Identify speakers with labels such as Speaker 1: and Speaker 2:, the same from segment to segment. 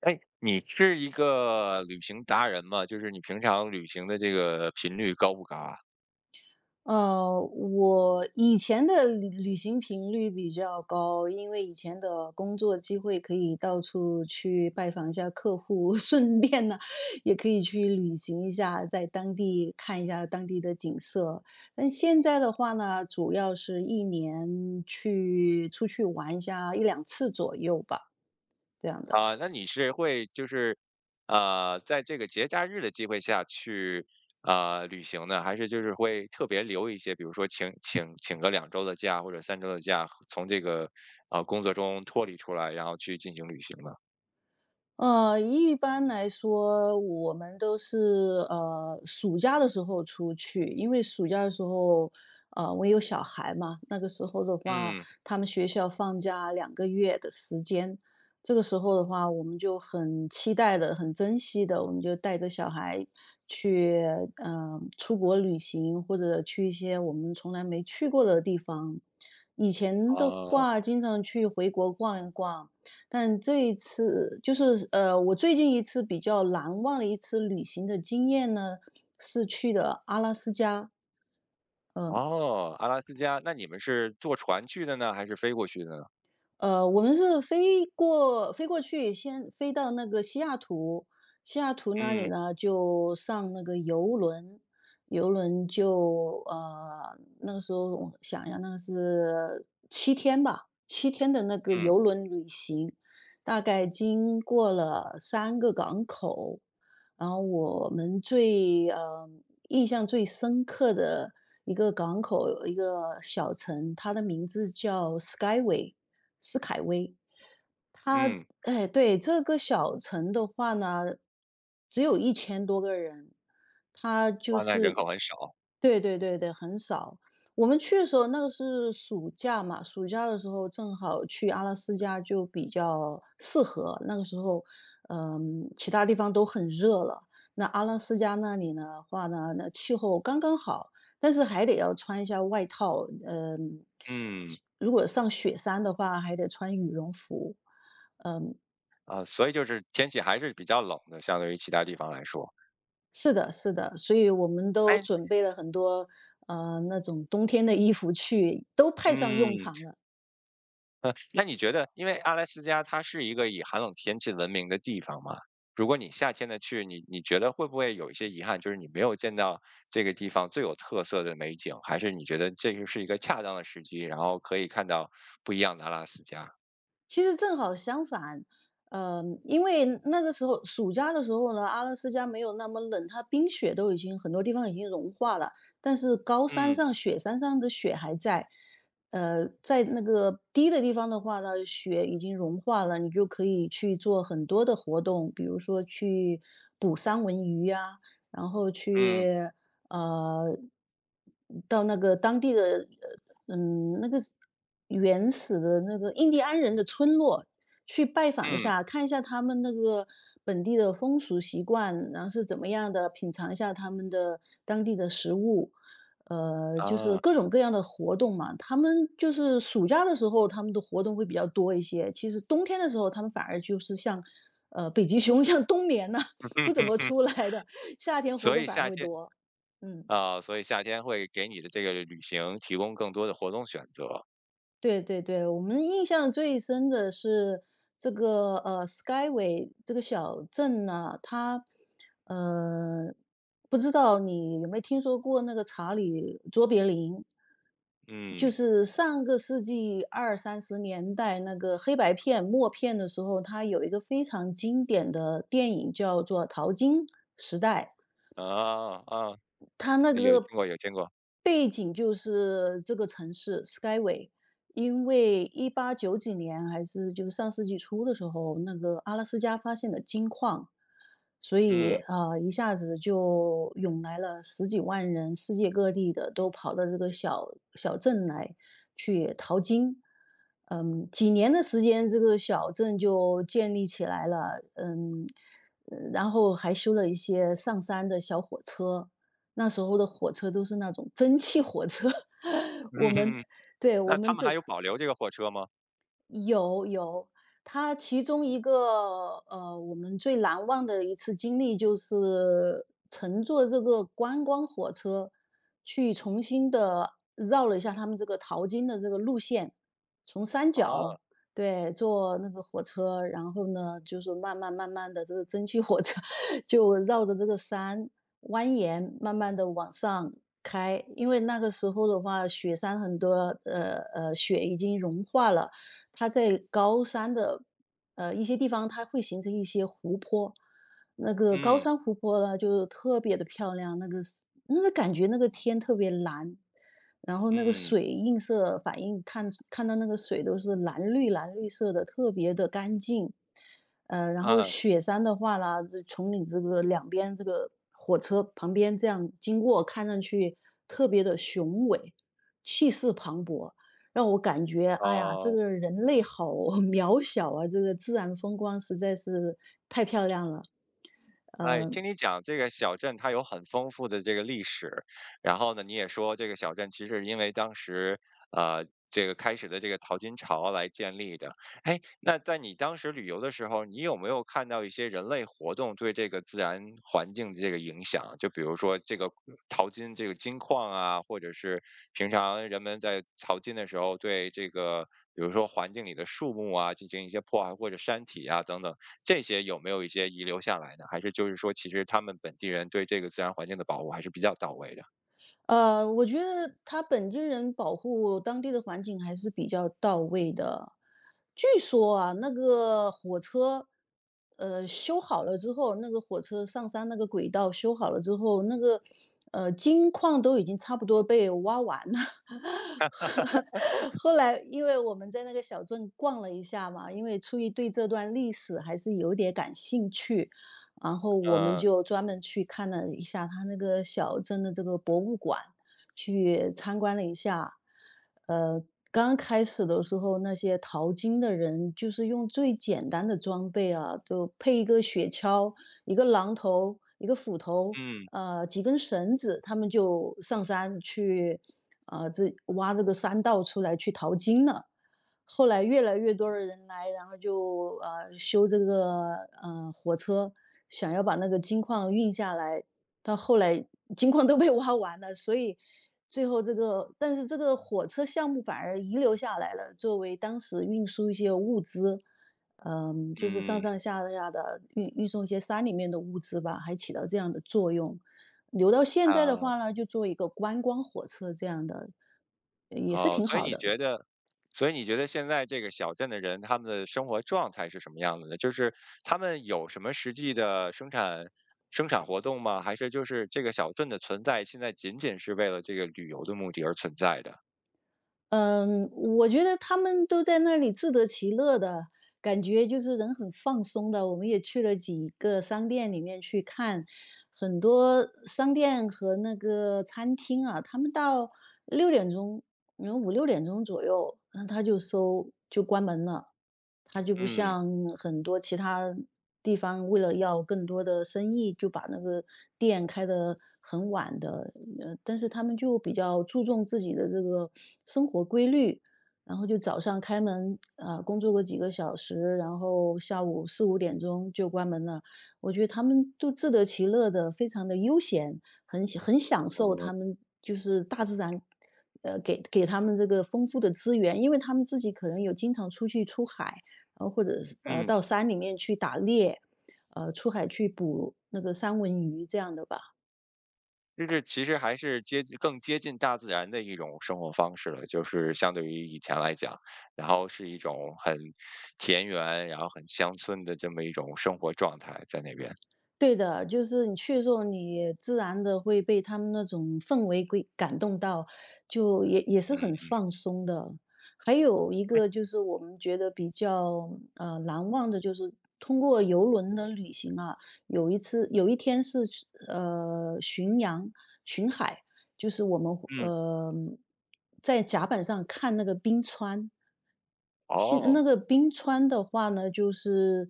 Speaker 1: 哎，你是一个旅行达人吗？就是你平常旅行的这个频率高不高啊？
Speaker 2: 我以前的旅行频率比较高，因为以前的工作机会可以到处去拜访一下客户，顺便呢，也可以去旅行一下，在当地看一下当地的景色。但现在的话呢，主要是一年出去玩一下一两次左右吧，这样的。
Speaker 1: 啊，那你是会就是，在这个节假日的机会下去旅行呢，还是就是会特别留一些，比如说请个两周的假或者三周的假，从这个工作中脱离出来，然后去进行旅行呢？
Speaker 2: 一般来说，我们都是暑假的时候出去，因为暑假的时候，我有小孩嘛，那个时候的话，
Speaker 1: 嗯，。
Speaker 2: 他们学校放假2个月的时间，这个时候的话，我们就很期待的、很珍惜的，我们就带着小孩去出国旅行，或者去一些我们从来没去过的地方。以前的
Speaker 1: 哦
Speaker 2: 话，经常去回国逛一逛。但这一次就是我最近一次比较难忘的一次旅行的经验呢，是去的阿拉斯加。嗯。
Speaker 1: 哦，阿拉斯加，。那你们是坐船去的呢，还是飞过去的呢？
Speaker 2: 我们是飞过去，先飞到那个西雅图，西雅图那里
Speaker 1: 嗯
Speaker 2: 呢就上那个游轮，游轮就那个时候我想一下，那个是七天吧，七天的那个
Speaker 1: 嗯
Speaker 2: 游轮旅行，大概经过了3个港口。然后我们印象最深刻的一个港口，有一个小城，它的名字叫 Skyway，斯凯威。它
Speaker 1: 嗯。
Speaker 2: 哎，对这个小城的话呢，只有一千多个人，它就
Speaker 1: 哇，那人
Speaker 2: 是
Speaker 1: 口很少。
Speaker 2: 对对对对，很少。我们去的时候，那个是暑假嘛，暑假的时候正好去阿拉斯加就比较适合。那个时候，其他地方都很热了，那阿拉斯加那里呢话呢，那气候刚刚好，但是还得要穿一下外套。嗯。
Speaker 1: 嗯。
Speaker 2: 如果上雪山的话，还得穿羽绒服。嗯。
Speaker 1: 啊，，所以就是天气还是比较冷的，相对于其他地方来说。
Speaker 2: 是的，是的，所以我们都
Speaker 1: 哎。
Speaker 2: 准备了很多那种冬天的衣服去，都派上用
Speaker 1: 嗯，，
Speaker 2: 场了。
Speaker 1: 那你觉得，因为阿拉斯加它是一个以寒冷天气闻名的地方嘛，如果你夏天的去，你觉得会不会有一些遗憾，就是你没有见到这个地方最有特色的美景，还是你觉得这个是一个恰当的时机，然后可以看到不一样的阿拉斯加？
Speaker 2: 其实正好相反，因为那个时候暑假的时候呢，阿拉斯加没有那么冷，它冰雪都已经很多地方已经融化了，但是高山
Speaker 1: 嗯
Speaker 2: 上雪山上的雪还在。在那个低的地方的话呢，雪已经融化了，你就可以去做很多的活动，比如说去捕三文鱼呀、然后
Speaker 1: 嗯
Speaker 2: 去呃到那个当地的那个是原始的那个印第安人的村落，去拜访一
Speaker 1: 嗯。
Speaker 2: 下，看一下他们那个本地的风俗习惯，然后是怎么样的，品尝一下他们的当地的食物。就是
Speaker 1: 啊。
Speaker 2: 各种各样的活动嘛。他们就是暑假的时候，他们的活动会比较多一些。其实冬天的时候，他们反而就是像，北极熊 像冬眠呐、不
Speaker 1: 嗯
Speaker 2: 怎
Speaker 1: 嗯
Speaker 2: 么
Speaker 1: 嗯。
Speaker 2: 出来的，夏天活
Speaker 1: 所
Speaker 2: 动
Speaker 1: 以
Speaker 2: 反而
Speaker 1: 夏
Speaker 2: 会
Speaker 1: 天
Speaker 2: 多。嗯。
Speaker 1: 啊，所以夏天会给你的这个旅行提供更多的活动选择。
Speaker 2: 对对对，我们印象最深的是这个Skyway 这个小镇呢，呃，不知道你有没有听说过那个查理卓别林，就
Speaker 1: 嗯。
Speaker 2: 是上个世纪二三十年代那个黑白片默片的时候，它有一个非常经典的电影叫做《淘金时代》。
Speaker 1: 啊啊，
Speaker 2: 它那
Speaker 1: 有听
Speaker 2: 个
Speaker 1: 过有听过。
Speaker 2: 背景就是这个城市 Skyway，因为一八九几年还是就是上世纪初的时候，那个阿拉斯加发现了金矿，所以
Speaker 1: 嗯。
Speaker 2: 啊、一下子就涌来了十几万人，世界各地的都跑到这个小镇来去淘金。嗯，几年的时间，这个小镇就建立起来了。嗯。然后还修了一些上山的小火车，那时候的火车都是那种蒸汽火车，
Speaker 1: 嗯
Speaker 2: 我们 对，我
Speaker 1: 那他
Speaker 2: 们
Speaker 1: 们
Speaker 2: 这
Speaker 1: 还有保留这个货车吗？
Speaker 2: 有，他其中一个呃，我们最难忘的一次经历就是乘坐这个观光火车，去重新的绕了一下他们这个淘金的这个路线，从山脚
Speaker 1: 啊。
Speaker 2: 对坐那个火车，然后呢就是慢慢慢慢的这个蒸汽火车 就绕着这个山蜿蜒，慢慢的往上开，因为那个时候的话，雪山很多雪已经融化了。它在高山的一些地方，它会形成一些湖泊。那个高
Speaker 1: 嗯。
Speaker 2: 山湖泊呢，就是特别的漂亮，那个是那个感觉，那个天特别蓝，然后那个
Speaker 1: 嗯。
Speaker 2: 水映射反应看到那个水都是蓝绿蓝绿色的，特别的干净。然
Speaker 1: 啊
Speaker 2: 后
Speaker 1: 啊。
Speaker 2: 雪山的话呢，这从你这个两边这个火车旁边这样经过，看上去特别的雄伟，气势磅礴。让我感觉，哎呀，这
Speaker 1: 哦。
Speaker 2: 个人类好 渺小啊！这个自然风光实在是太漂亮了。
Speaker 1: 哎，
Speaker 2: 呃，
Speaker 1: 听你讲这个小镇，它有很丰富的这个历史。然后呢，你也说这个小镇其实因为当时这个开始的这个淘金潮来建立的。哎，那在你当时旅游的时候，你有没有看到一些人类活动对这个自然环境的这个影响？就比如说这个淘金这个金矿啊，或者是平常人们在淘金的时候对这个，比如说环境里的树木啊进行一些破坏，或者山体啊等等。这些有没有一些遗留下来呢？还是就是说，其实他们本地人对这个自然环境的保护还是比较到位的？
Speaker 2: 我觉得他本地人保护当地的环境还是比较到位的。据说啊，那个火车，修好了之后，那个火车上山那个轨道修好了之后，那个金矿都已经差不多被挖完了。后来，因为我们在那个小镇逛了一下嘛，因为出于对这段历史还是有点感兴趣，然后我们
Speaker 1: 嗯
Speaker 2: 就专门去看了一下他那个小镇的这个博物馆，去参观了一下。呃，刚开始的时候，那些淘金的人就是用最简单的装备啊，就配一个雪橇、一个榔头、一个斧头，
Speaker 1: 嗯
Speaker 2: 几根绳子，他们就上山去，挖这个山道出来去淘金了。后来越来越多的人来，然后就修这个火车，想要把那个金矿运下来。到后来金矿都被 挖完了，所以最后这个，但是这个火车项目反而遗留下来了，作为当时运输一些物资，就是上
Speaker 1: 嗯。
Speaker 2: 上下下的运送一些山里面的物资吧，还起到这样的作用。留到现在的
Speaker 1: 啊。
Speaker 2: 话呢，就做一个观光火车这样的，也是
Speaker 1: 哦，
Speaker 2: 挺
Speaker 1: 所以
Speaker 2: 好
Speaker 1: 你
Speaker 2: 的。
Speaker 1: 觉得，所以你觉得现在这个小镇的人，他们的生活状态是什么样子的？就是他们有什么实际的生产活动吗？还是就是这个小镇的存在，现在仅仅是为了这个旅游的目的而存在的？
Speaker 2: 嗯，我觉得他们都在那里自得其乐的感觉，就是人很放松的。我们也去了几个商店里面去看，很多商店和那个餐厅啊，他们到六点钟，然后五六点钟左右，那他就关门了。他就不
Speaker 1: 嗯
Speaker 2: 像很多其他地方为了要更多的生意，就把那个店开得很晚的，但是他们就比较注重自己的这个生活规律，然后就早上开门，啊、工作个几个小时，然后下午四五点钟就关门了。我觉得他们都自得其乐的，非常的悠闲，很享受他
Speaker 1: 嗯
Speaker 2: 们就是大自然，给他们这个丰富的资源，因为他们自己可能有经常出去出海，然后或者是
Speaker 1: 嗯。
Speaker 2: 到山里面去打猎，出海去捕那个三文鱼这样的吧。
Speaker 1: 就是其实还是接近更接近大自然的一种生活方式了，就是相对于以前来讲，然后是一种很田园，然后很乡村的这么一种生活状态在那边。
Speaker 2: 对的，就是你去的时候，你自然的会被他们那种氛围给感动到，就也是很
Speaker 1: 嗯。
Speaker 2: 放松的。还有一
Speaker 1: 哎。
Speaker 2: 个就是我们觉得比较难忘的，就是通过游轮的旅行啊，有一天是去巡海，就是我们
Speaker 1: 嗯。
Speaker 2: 在甲板上看那个冰川，那
Speaker 1: 哦，
Speaker 2: 个冰川的话呢，就是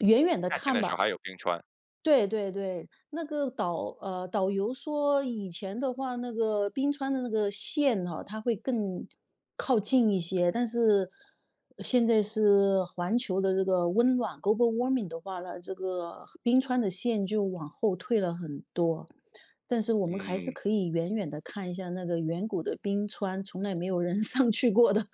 Speaker 2: 远远的
Speaker 1: 夏天
Speaker 2: 看
Speaker 1: 的时
Speaker 2: 吧。
Speaker 1: 候还有冰川。
Speaker 2: 对对对，那个导游说以前的话，那个冰川的那个线哈，它会更靠近一些，但是现在是环球的这个温暖 global warming 的话呢，这个冰川的线就往后退了很多。但是我们还是
Speaker 1: 嗯
Speaker 2: 可以远远的看一下那个远古的冰川，从来没有人 上去过的。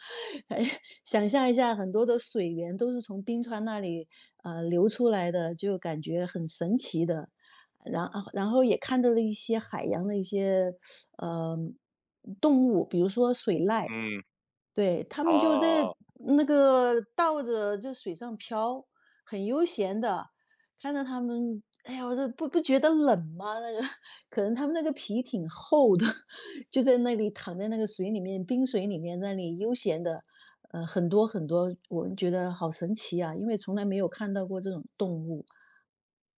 Speaker 2: 哎，想象一下，很多的水源都是从冰川那里流出来的，就感觉很神奇的。然后也看到了一些海洋的一些呃动物，比如说水濑。
Speaker 1: 嗯。
Speaker 2: 对，他们就在
Speaker 1: 哦。
Speaker 2: 那个倒着就水上漂，很悠闲的。看到他们，哎呀，我这不觉得冷吗？那个 可能他们那个皮挺厚的，就在那里躺在那个水里面，冰水里面那里悠闲的。很多很多，我们觉得好神奇啊，因为从来没有看到过这种动物。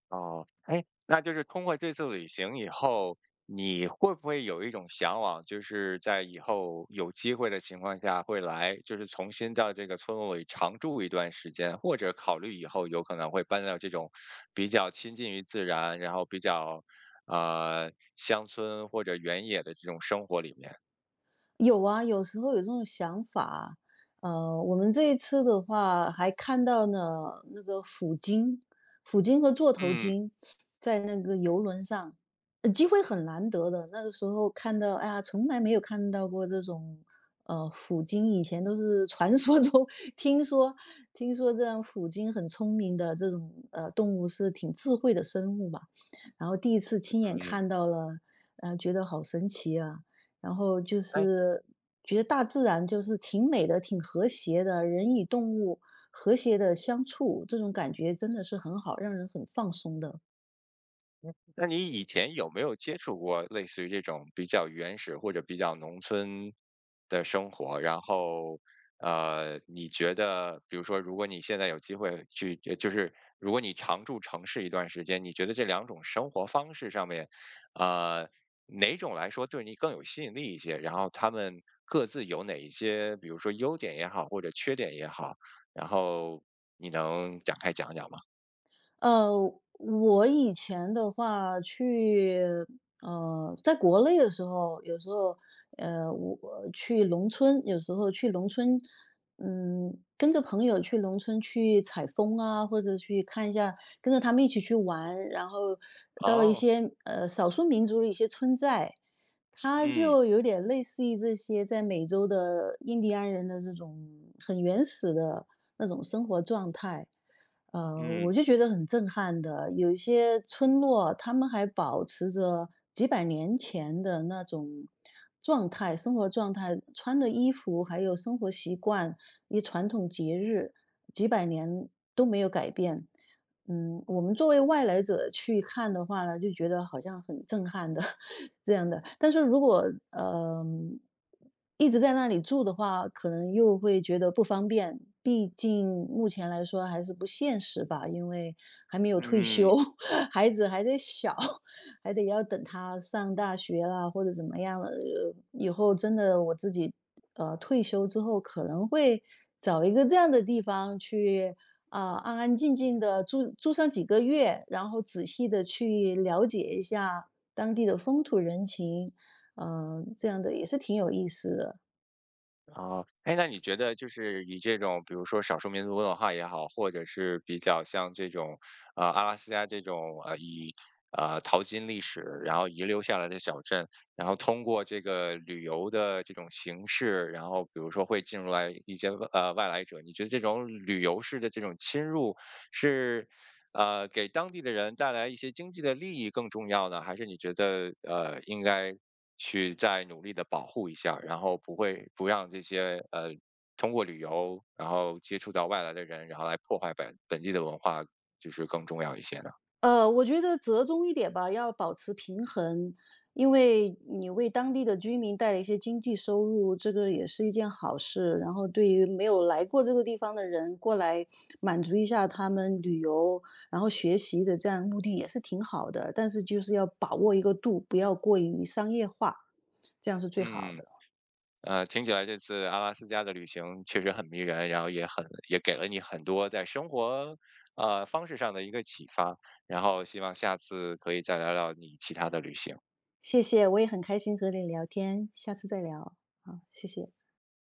Speaker 1: 哦，哎，那就是通过这次旅行以后，你会不会有一种向往，就是在以后有机会的情况下会来，就是重新到这个村落里常住一段时间，或者考虑以后有可能会搬到这种比较亲近于自然，然后比较乡村或者原野的这种生活里面？
Speaker 2: 有啊，有时候有这种想法。我们这一次的话，还看到呢，那个虎鲸和座头
Speaker 1: 嗯
Speaker 2: 鲸在那个游轮上，机会很难得的。那个时候看到，哎呀，从来没有看到过这种。虎鲸，以前都是传说中 听说，听说这样虎鲸很聪明的这种动物，是挺智慧的生物嘛。然后第一次亲眼
Speaker 1: 嗯。
Speaker 2: 看到了，觉得好神奇啊。然后就
Speaker 1: 哎。
Speaker 2: 是觉得大自然就是挺美的，挺和谐的，人与动物和谐的相处，这种感觉真的是很好，让人很放松的。
Speaker 1: 那你以前有没有接触过类似于这种比较原始或者比较农村的生活？然后，你觉得，比如说，如果你现在有机会去，就是如果你常住城市一段时间，你觉得这两种生活方式上面，呃，哪种来说对你更有吸引力一些？然后他们各自有哪一些，比如说优点也好，或者缺点也好，然后你能展开讲讲吗？
Speaker 2: 呃，我以前的话去，在国内的时候，有时候，我去农村，有时候去农村。嗯，跟着朋友去农村去采风啊，或者去看一下，跟着他们一起去玩，然后到了一
Speaker 1: 哦。
Speaker 2: 些少数民族的一些村寨，它
Speaker 1: 嗯
Speaker 2: 就有点类似于这些在美洲的印第安人的这种很原始的那种生活状态。我
Speaker 1: 嗯
Speaker 2: 就觉得很震撼的，有一些村落，他们还保持着几百年前的那种状态，生活状态，穿的衣服还有生活习惯，一传统节日，几百年都没有改变。嗯，我们作为外来者去看的话呢，就觉得好像很震撼的 这样的。但是如果呃一直在那里住的话，可能又会觉得不方便，毕竟目前来说还是不现实吧，因为还没有退
Speaker 1: 嗯。
Speaker 2: 休，孩子还得小，还得要等他上大学啦或者怎么样了。以后真的我自己退休之后，可能会找一个这样的地方去。啊，安安静静的住住上几个月，然后仔细的去了解一下当地的风土人情。嗯，这样的也是挺有意思的。
Speaker 1: 啊，哎，那你觉得就是以这种，比如说少数民族文化也好，或者是比较像这种，阿拉斯加这种，以淘金历史，然后遗留下来的小镇，然后通过这个旅游的这种形式，然后比如说会进入来一些外来者，你觉得这种旅游式的这种侵入是？给当地的人带来一些经济的利益更重要呢，还是你觉得应该去再努力的保护一下，然后不会不让这些通过旅游然后接触到外来的人，然后来破坏本地的文化，就是更重要一些呢。
Speaker 2: 我觉得折中一点吧，要保持平衡，因为你为当地的居民带来一些经济收入，这个也是一件好事。然后对于没有来过这个地方的人过来满足一下他们旅游，然后学习的这样目的也是挺好的。但是就是要把握一个度，不要过于商业化，这样是最好
Speaker 1: 嗯。
Speaker 2: 的。
Speaker 1: 听起来这次阿拉斯加的旅行确实很迷人，然后也很也给了你很多在生活方式上的一个启发，然后希望下次可以再聊聊你其他的旅行。
Speaker 2: 谢谢，我也很开心和你聊天，下次再聊。好，谢谢。